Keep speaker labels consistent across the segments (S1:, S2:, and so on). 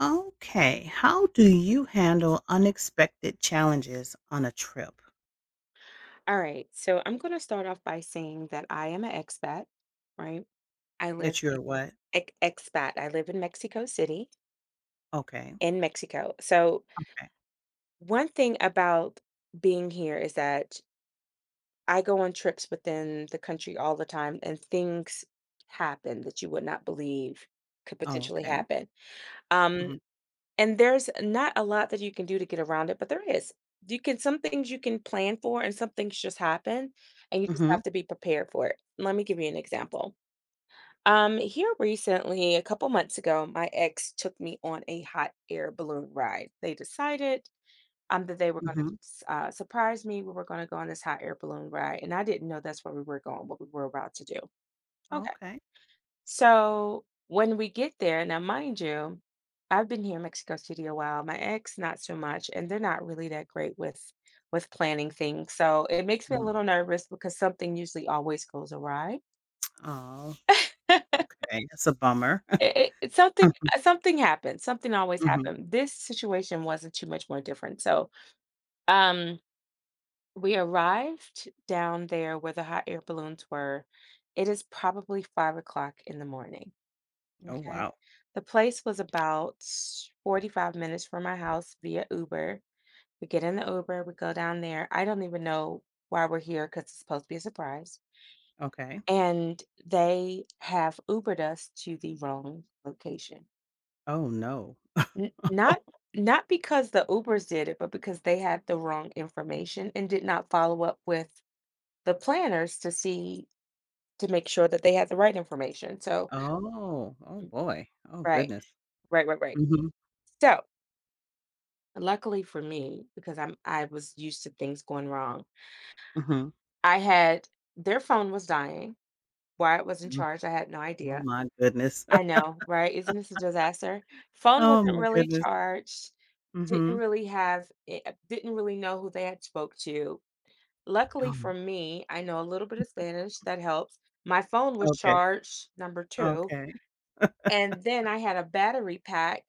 S1: Okay. How do you handle unexpected challenges on a trip
S2: All right. So I'm going to start off by saying that I am an expat, right? I live
S1: that
S2: in
S1: you're what?
S2: expat. I live in Mexico City
S1: Okay.
S2: in Mexico. So
S1: Okay.
S2: one thing about being here is that I go on trips within the country all the time and things happen that you would not believe could
S1: Oh,
S2: potentially
S1: okay.
S2: happen. Um
S1: Mhm.
S2: and there's not a lot that you can do to get around it, but there is. You can some things you can plan for and some things just happen and you just
S1: Mhm.
S2: have to be prepared for it. Let me give you an example. Here recently, a couple months ago, my ex took me on a hot air balloon ride. They decided that they were going
S1: Mhm.
S2: to surprise me. We were going to go on this hot air balloon ride, and I didn't know that's where we were going, what we were about to do. Okay,
S1: Okay.
S2: so when we get there, now mind you, I've been here in Mexico City a while. My ex, not so much, and they're not really that great with planning things. So it makes me a
S1: Mm.
S2: little nervous because something usually always goes awry.
S1: Oh, okay. That's a bummer.
S2: It something something happened, something always
S1: Mhm.
S2: happened. This situation wasn't too much more different, so, um, we arrived down there where the hot air balloons were. It is probably 5:00 in the morning,
S1: Oh,
S2: okay?
S1: wow.
S2: The place was about 45 minutes from my house via Uber. We get in the Uber, we go down there. I don't even know why we're here because it's supposed to be a surprise,
S1: Okay.
S2: and they have Ubered us to the wrong location.
S1: Oh, no.
S2: N not Not because the Ubers did it, but because they had the wrong information and did not follow up with the planners to see to make sure that they had the right information, so
S1: Oh, oh boy. Oh,
S2: right,
S1: goodness.
S2: right, right, right.
S1: Mhm.
S2: So, luckily for me, because I was used to things going wrong,
S1: Mhm.
S2: I had their phone was dying. Why it wasn't
S1: Mm.
S2: charged, I had no
S1: Oh,
S2: idea.
S1: my goodness.
S2: I know, right? Isn't this a disaster? Phone
S1: Oh,
S2: wasn't
S1: my
S2: really
S1: goodness.
S2: charged, didn't
S1: Mhm.
S2: really have didn't really know who they had spoke to. Luckily for
S1: Oh,
S2: me, I know a little bit of Spanish, that helps. My phone was
S1: okay.
S2: charged, number 2,
S1: Okay.
S2: and then I had a battery pack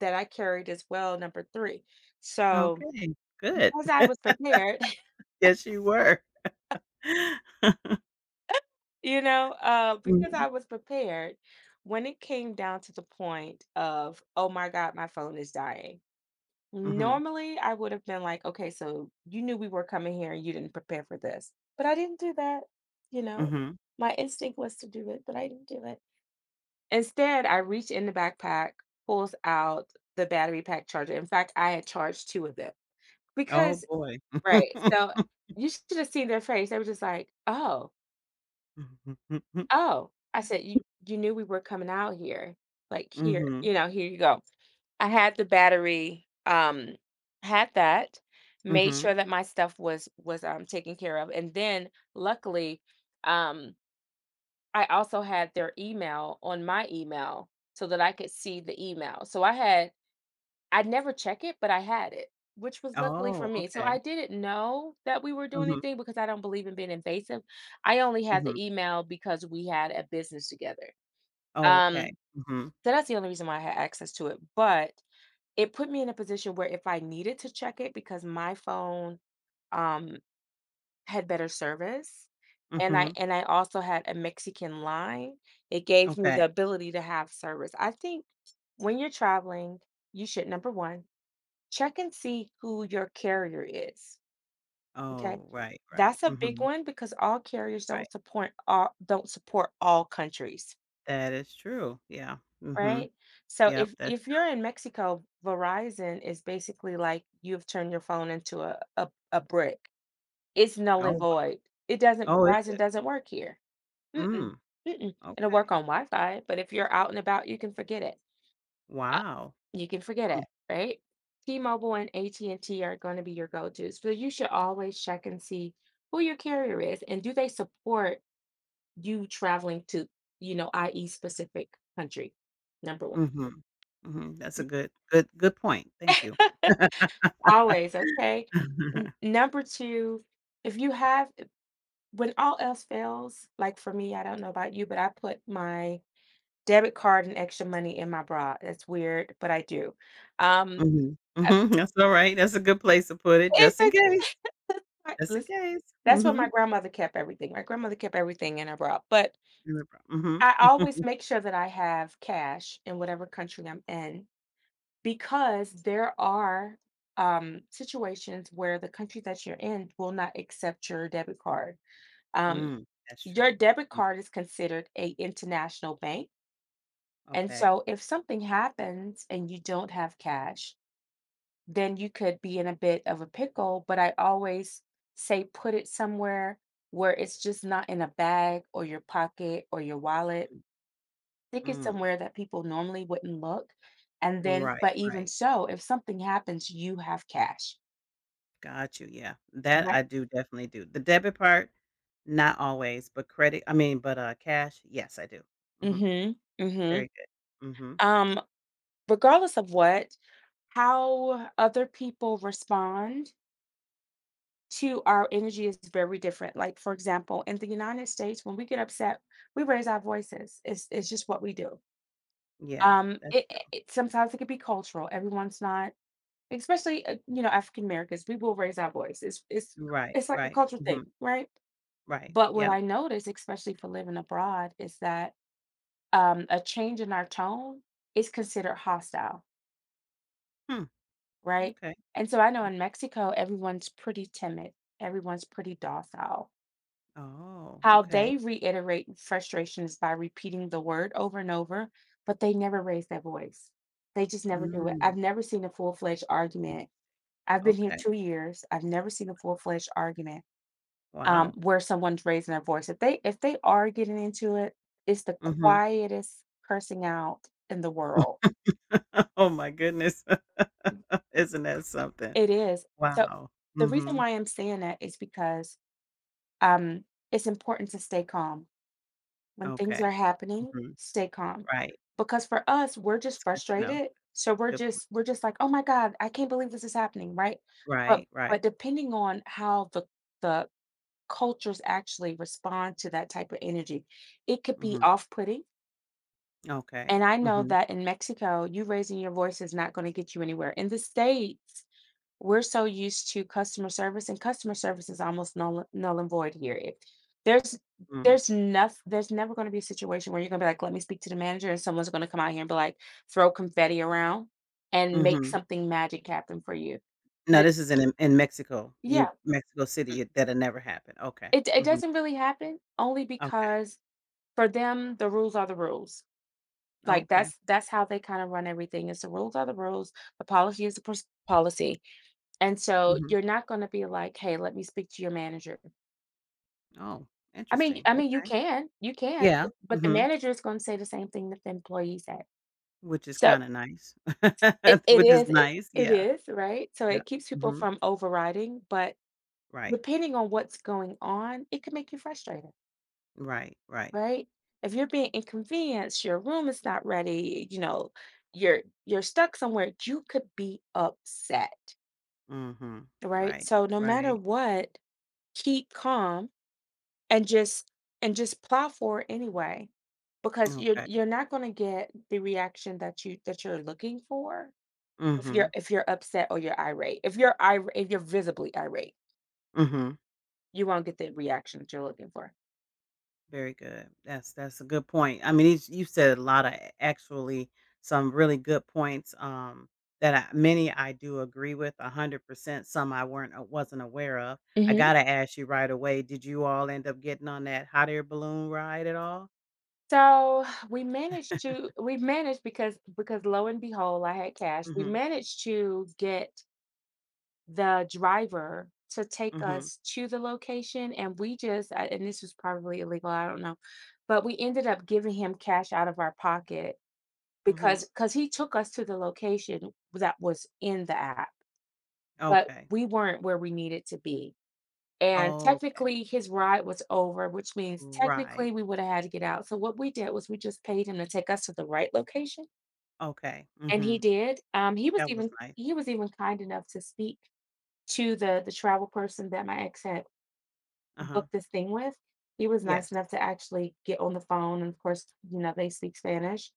S2: that I carried as well, number 3. So,
S1: Okay. Good.
S2: because I was prepared,
S1: Yes, you were.
S2: you know, because I
S1: Mhm,
S2: was prepared, when it came down to the point of, "Oh my god, my phone is dying."
S1: mhm,
S2: Normally, I would have been like, "Okay, so you knew we were coming here and you didn't prepare for this." But I didn't do that, you know?
S1: mhm.
S2: My instinct was to do it, but I didn't do it. Instead, I reach in the backpack, pulls out the battery pack charger. In fact, I had charged 2 of them
S1: Oh,
S2: because
S1: boy.
S2: right, so you should have seen their face. They were just like, "Oh, oh." I said, You knew we were coming out here. Like, here,
S1: Mhm,
S2: you know, here you go." I had the battery, had that, made
S1: mhm.
S2: sure that my stuff was taken care of, and then luckily, um, I also had their email on my email so that I could see the email. So I had I'd never check it, but I had it, which was luckily for
S1: Oh,
S2: me. So
S1: okay.
S2: I didn't know that we were doing
S1: Mhm,
S2: anything because I don't believe in being invasive. I only had
S1: mhm.
S2: the email because we had a business together.
S1: Oh,
S2: Um,
S1: okay. Mhm,
S2: so that's the only reason why I had access to it. But it put me in a position where if I needed to check it because my phone um had better service, and
S1: mhm.
S2: I also had a Mexican line. It gave me
S1: Okay.
S2: the ability to have service. I think when you're traveling, you should, number 1, check and see who your carrier is, okay?
S1: Oh, right, right.
S2: That's a big
S1: Mhm,
S2: one because all carriers
S1: right.
S2: don't support all countries,
S1: That is true. Yeah. Mhm.
S2: right? So
S1: Yep, that's
S2: if you're in Mexico, Verizon is basically like you've turned your phone into a brick. It's null and
S1: oh,
S2: void. It doesn't
S1: oh, is
S2: Verizon
S1: it?
S2: doesn't work here. Mm-mm,
S1: Mm,
S2: mm-mm. It'll
S1: okay.
S2: work on Wi-Fi, but if you're out and about, you can forget it.
S1: Wow.
S2: You can forget
S1: Mm,
S2: it, right? T-Mobile and AT&T are going to be your go-tos. So you should always check and see who your carrier is and do they support you traveling to, you know, i.e. specific country. Number
S1: mhm, mhm. That's a good good point. Thank you.
S2: one. Always, okay? Number two, if you have when all else fails, like for me, I don't know about you, but I put my debit card and extra money in my bra. That's weird, but I do. Um,
S1: Mhm, mhm. That's alright. That's a good place to put it
S2: it's
S1: just in
S2: a
S1: case, just in
S2: listen,
S1: case.
S2: that's what my
S1: Mhm.
S2: grandmother kept everything. My grandmother kept everything in her bra, but
S1: Mm mhm.
S2: I always make sure that I have cash in whatever country I'm in because there are, situations where the country that you're in will not accept your debit card. Um,
S1: Mm, that's
S2: your
S1: true.
S2: debit
S1: Mhm.
S2: card is considered a international bank, and
S1: Okay.
S2: so if something happens and you don't have cash then you could be in a bit of a pickle. But I always say put it somewhere where it's just not in a bag or your pocket or your wallet.
S1: Mhm.
S2: Stick it
S1: Mm.
S2: somewhere that people normally wouldn't look. And then,
S1: Right,
S2: but even
S1: right.
S2: so, if something happens, you have cash.
S1: Got you, yeah. That
S2: Right.
S1: I do definitely do. The debit part, not always, but credit I mean, but, cash, yes, I do. Mhm.
S2: Mm-hmm. Mm-hmm.
S1: Very good. Mhm.
S2: Um, Regardless of how other people respond to our energy is very different. Like, for example, in the United States, when we get upset, we raise our voices. It's just what we do.
S1: Yeah, that's true.
S2: Sometimes it could be cultural. Everyone's not, especially you know African Americans. We will raise our voice. It's
S1: Right,
S2: it's like a
S1: right.
S2: cultural thing,
S1: Mhm.
S2: right?
S1: Right.
S2: But what
S1: Yep.
S2: I notice, especially for living abroad, is that a change in our tone is considered hostile,
S1: Hmm,
S2: right?
S1: okay.
S2: And so I know in
S1: Okay.
S2: Mexico, everyone's pretty timid. Everyone's pretty docile.
S1: Oh,
S2: How
S1: okay.
S2: they reiterate frustration is by repeating the word over and over, but they never raise their voice. They just never do it. I've
S1: Mm,
S2: never seen a full-fledged
S1: int
S2: argument. I've been here
S1: okay.
S2: 2 years. I've never seen a full-fledged argument,
S1: Wow.
S2: where someone's raising their voice. If they are getting into it, it's the
S1: Mhm.
S2: quietest cursing out in the world.
S1: Oh my goodness. Isn't that something?
S2: It is. So,
S1: Wow.
S2: the reason
S1: Mhm.
S2: why I'm saying that is because, um, it's important to stay calm. When things
S1: Okay.
S2: are happening,
S1: Mhm.
S2: stay calm.
S1: Right.
S2: Because for us, we're just
S1: It's good to know.
S2: frustrated. So
S1: Good point.
S2: we're just like, "Oh my god, I can't believe this is happening," right? But
S1: Right, right.
S2: but depending on how the cultures actually respond to that type of energy, it could be
S1: Mhm.
S2: off-putting.
S1: Okay.
S2: And I know
S1: Mhm.
S2: that in Mexico, you raising your voice is not gonna get you anywhere. In the States we're so used to customer service, and customer service is almost null and void here. If there's
S1: Mm.
S2: there's never gonna be a situation where you're gonna be like, "Let me speak to the manager," and someone's gonna come out here and be like, throw confetti around and make
S1: Mhm.
S2: something magic happen for you.
S1: No,
S2: But
S1: this is in Mexico.
S2: yeah,
S1: You Mexico
S2: mm,
S1: City, it that'll never happen. Okay.
S2: it it
S1: Mhm.
S2: doesn't really happen only
S1: Okay.
S2: because for them, the rules are the rules. Like,
S1: Okay.
S2: that's how they kinda run everything is the rules are the rules, the policy is the pers policy, and so
S1: Mhm.
S2: you're not gonna be like, "Hey, let me speak to your manager."
S1: Oh, interesting.
S2: I mean,
S1: Okay.
S2: you can,
S1: Yeah.
S2: but the
S1: Mhm.
S2: manager is gonna say the same thing that the employee said.
S1: Which is
S2: So,
S1: kinda nice. Which is
S2: it
S1: nice.
S2: it
S1: Yeah.
S2: is, right? So,
S1: Yeah.
S2: it keeps people
S1: Mhm.
S2: from overriding, but
S1: Right.
S2: depending on what's going on, it can make you frustrated,
S1: Right. Right.
S2: right? If you're being inconvenienced, your room is not ready, you know, you're stuck somewhere, you could be upset,
S1: Mhm.
S2: right?
S1: Right.
S2: So, no matter
S1: Right.
S2: what, keep calm and just plow for it anyway, because
S1: Okay.
S2: you're not gonna get the reaction that you're looking for
S1: Mhm.
S2: if you're upset or you're irate. If you're visibly irate,
S1: Mhm.
S2: you won't get the reaction that you're looking for.
S1: Very good. That's a good point. I mean, it's, you said a lot of actually some really good points that I, many I do agree with 100%. Some I weren't wasn't aware of. I
S2: Mhm.
S1: gotta ask you right away. Did you all end up getting on that hot air balloon ride at all?
S2: So, we managed to we managed because lo and behold, I had cash. We
S1: Mm-hmm.
S2: managed to get the driver to take
S1: Mm-hmm.
S2: us to the location, and we just I and this was probably illegal, I don't know, but we ended up giving him cash out of our pocket
S1: Mm-hmm.
S2: because he took us to the location that was in the app, but
S1: Okay.
S2: we weren't where we needed to be, and
S1: Okay.
S2: technically, his ride was over, which means technically
S1: Right.
S2: we woulda had to get out, so what we did was we just paid him to take us to the right location,
S1: Okay.
S2: and
S1: Mm-hmm.
S2: he did,
S1: That was nice.
S2: he was even kind enough to speak to the travel person that my ex had
S1: Uh-huh.
S2: booked this thing with, he was
S1: Yes.
S2: nice enough to actually get on the phone, and of course, you know, they speak Spanish,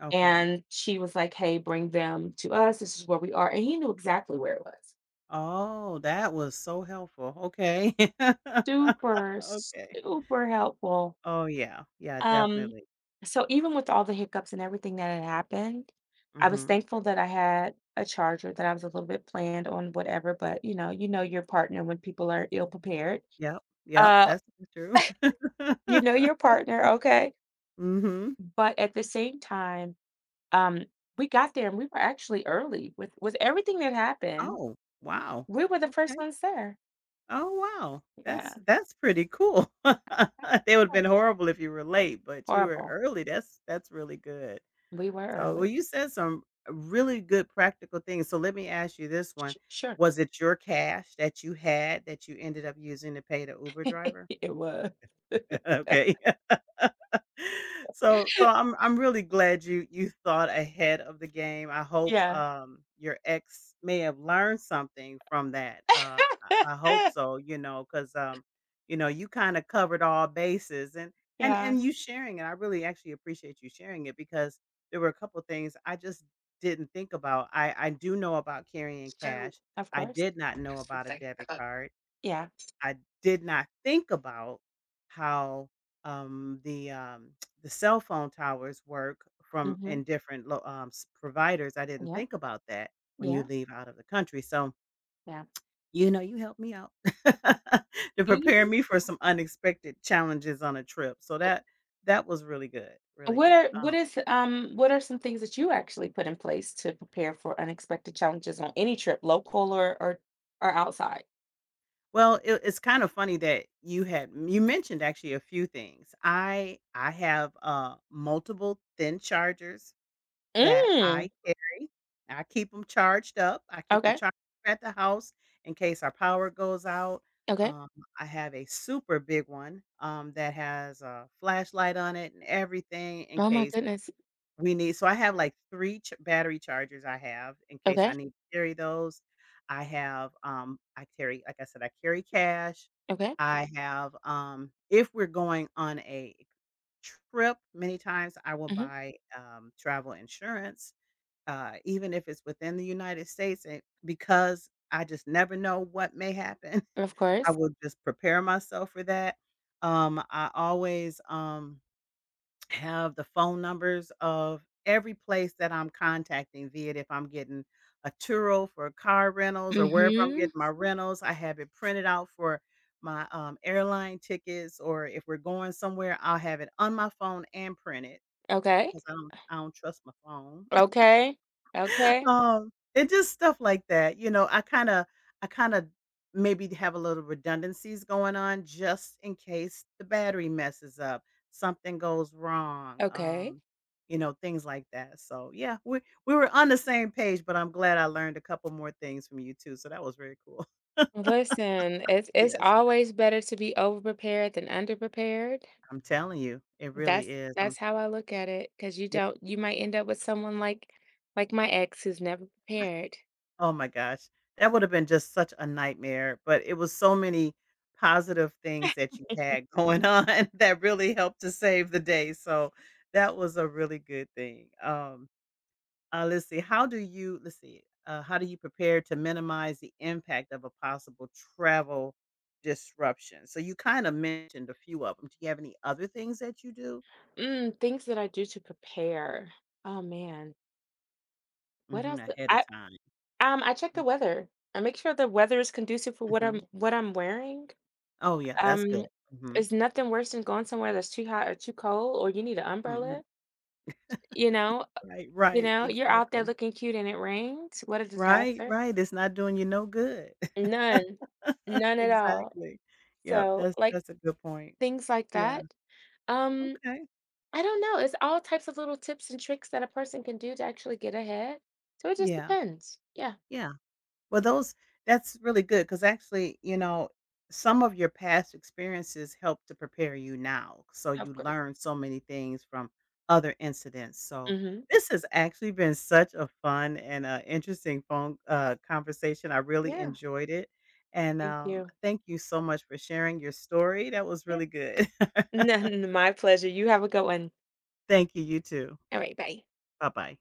S1: Okay.
S2: and she was like, "Hey, bring them to us, this is where we are," and he knew exactly where it was.
S1: Oh, that was so helpful. Okay.
S2: Super,
S1: Okay.
S2: super helpful.
S1: Oh, yeah. Yeah,
S2: Um,
S1: definitely.
S2: so even with all the hiccups and everything that had happened, I was
S1: Mhm.
S2: thankful that I had a charger, that I was a little bit planned on whatever, but, you know your partner when people are ill prepared.
S1: Yep, yep,
S2: Uh,
S1: that's true.
S2: you know your partner, okay?
S1: Mhm.
S2: But at the same time Um, we got there and we were actually early with everything that happened.
S1: Oh, wow.
S2: We were the first
S1: Okay.
S2: ones there.
S1: Oh, wow.
S2: Yeah.
S1: That's pretty cool. They would've
S2: Oh,
S1: been horrible if you were late, but you were
S2: horrible.
S1: early. That's really good.
S2: We were
S1: So, well,
S2: early.
S1: you said some really good practical things. So let me ask you this
S2: Sh
S1: one.
S2: sure.
S1: Was it your cash that you had that you ended up using to pay the Uber driver?
S2: It was.
S1: Okay. So so I'm really glad you you thought ahead of the game. I hope,
S2: Yeah.
S1: your ex may have learned something from that. I hope so, you know, cause you know, you kinda covered all bases and and
S2: Yeah.
S1: and you sharing it. I really actually appreciate you sharing it because there were a couple things I just didn't think about. I do know about carrying
S2: So
S1: cash.
S2: of
S1: I
S2: course.
S1: did not know
S2: Just for a
S1: about a
S2: second, I
S1: debit
S2: thought.
S1: card.
S2: Yeah.
S1: I did not think about how, the, the cell phone towers work from
S2: Mhm.
S1: in different lo s providers. I didn't
S2: Yep.
S1: think about that when
S2: Yeah.
S1: you leave out of the country, so,
S2: Yeah.
S1: you know, you helped me out to
S2: Me?
S1: prepare me for some unexpected challenges on a trip, so
S2: Oh.
S1: that that was really good, really
S2: What
S1: good.
S2: are what are some things that you actually put in place to prepare for unexpected challenges on any trip, local or or outside?
S1: Well, it it's kind of funny that you had you mentioned actually a few things. I have, multiple thin chargers that
S2: Mm,
S1: I carry. I keep them charged up. I keep them
S2: okay,
S1: charged at the house in case our power goes out.
S2: okay.
S1: Um, I have a super big one, that has a flashlight on it and everything in
S2: Oh my
S1: case
S2: goodness.
S1: we need so I have, like, 3 ch battery chargers I have in case
S2: Okay,
S1: I need to carry those. I have, I carry like I said, I carry cash.
S2: okay.
S1: I have, if we're going on a trip, many times I will
S2: Mhm,
S1: buy, travel insurance even if it's within the United States and because I just never know what may happen,
S2: of
S1: I
S2: course.
S1: will just prepare myself for that. I always, have the phone numbers of every place that I'm contacting, be it if I'm getting a Turo for car rentals or wherever I'm
S2: Mhm.
S1: getting my rentals, I have it printed out for my, airline tickets, or if we're going somewhere, I'll have it on my phone and print it
S2: Okay,
S1: because I don't trust my phone.
S2: okay, okay,
S1: It just stuff like that, you know, I kinda maybe have a little redundancies going on just in case the battery messes up, something goes wrong,
S2: okay.
S1: you know, things like that. So, yeah, we were on the same page, but I'm glad I learned a couple more things from you too, so that was very cool.
S2: Listen, it's
S1: Yes,
S2: always better to be overprepared than underprepared.
S1: I'm telling you, it really
S2: That's
S1: is. I'm
S2: that's how I look at it. Cause you don't you might end up with someone like my ex who's never prepared.
S1: oh my gosh. That would have been just such a nightmare, but it was so many positive things that you had going on that really helped to save the day. So that was a really good thing. Let's see. How do you, let's see, how do you prepare to minimize the impact of a possible travel disruption? So you kind of mentioned a few of them. Do you have any other things that you do
S2: Things that I do to prepare. Oh man. What
S1: hmm
S2: else?
S1: ahead of time?
S2: I check the weather. I make sure the weather is conducive for
S1: Hmm.
S2: what I'm wearing.
S1: Oh, yeah, that's
S2: Um,
S1: good. Hmm.
S2: it's nothing worse than going somewhere that's too hot or too cold or you need an
S1: Hmm.
S2: umbrella, you know?
S1: Right,
S2: You
S1: right,
S2: know, you're out there
S1: exactly.
S2: looking cute and it rains. What a
S1: Right,
S2: disaster.
S1: right, it's not doing you no good.
S2: None. None at all.
S1: Exactly. Yep,
S2: So, like,
S1: that's a good point.
S2: things like
S1: Yeah,
S2: that. Um,
S1: okay.
S2: I don't know. It's all types of little tips and tricks that a person can do to actually get ahead. So it just
S1: Yeah,
S2: depends. Yeah,
S1: yeah. Well, those that's really good because actually, you know, some of your past experiences help to prepare you now. So
S2: of
S1: you
S2: course.
S1: learn so many things from other incidents. So
S2: Mhm.
S1: this has actually been such a fun and interesting phone conversation. I really
S2: Yeah.
S1: enjoyed it. And
S2: Thank you.
S1: thank you so much for sharing your story. That was
S2: Yeah.
S1: really good.
S2: None, my pleasure. You have a good one.
S1: Thank you. You too.
S2: All right. Bye.
S1: Bye bye.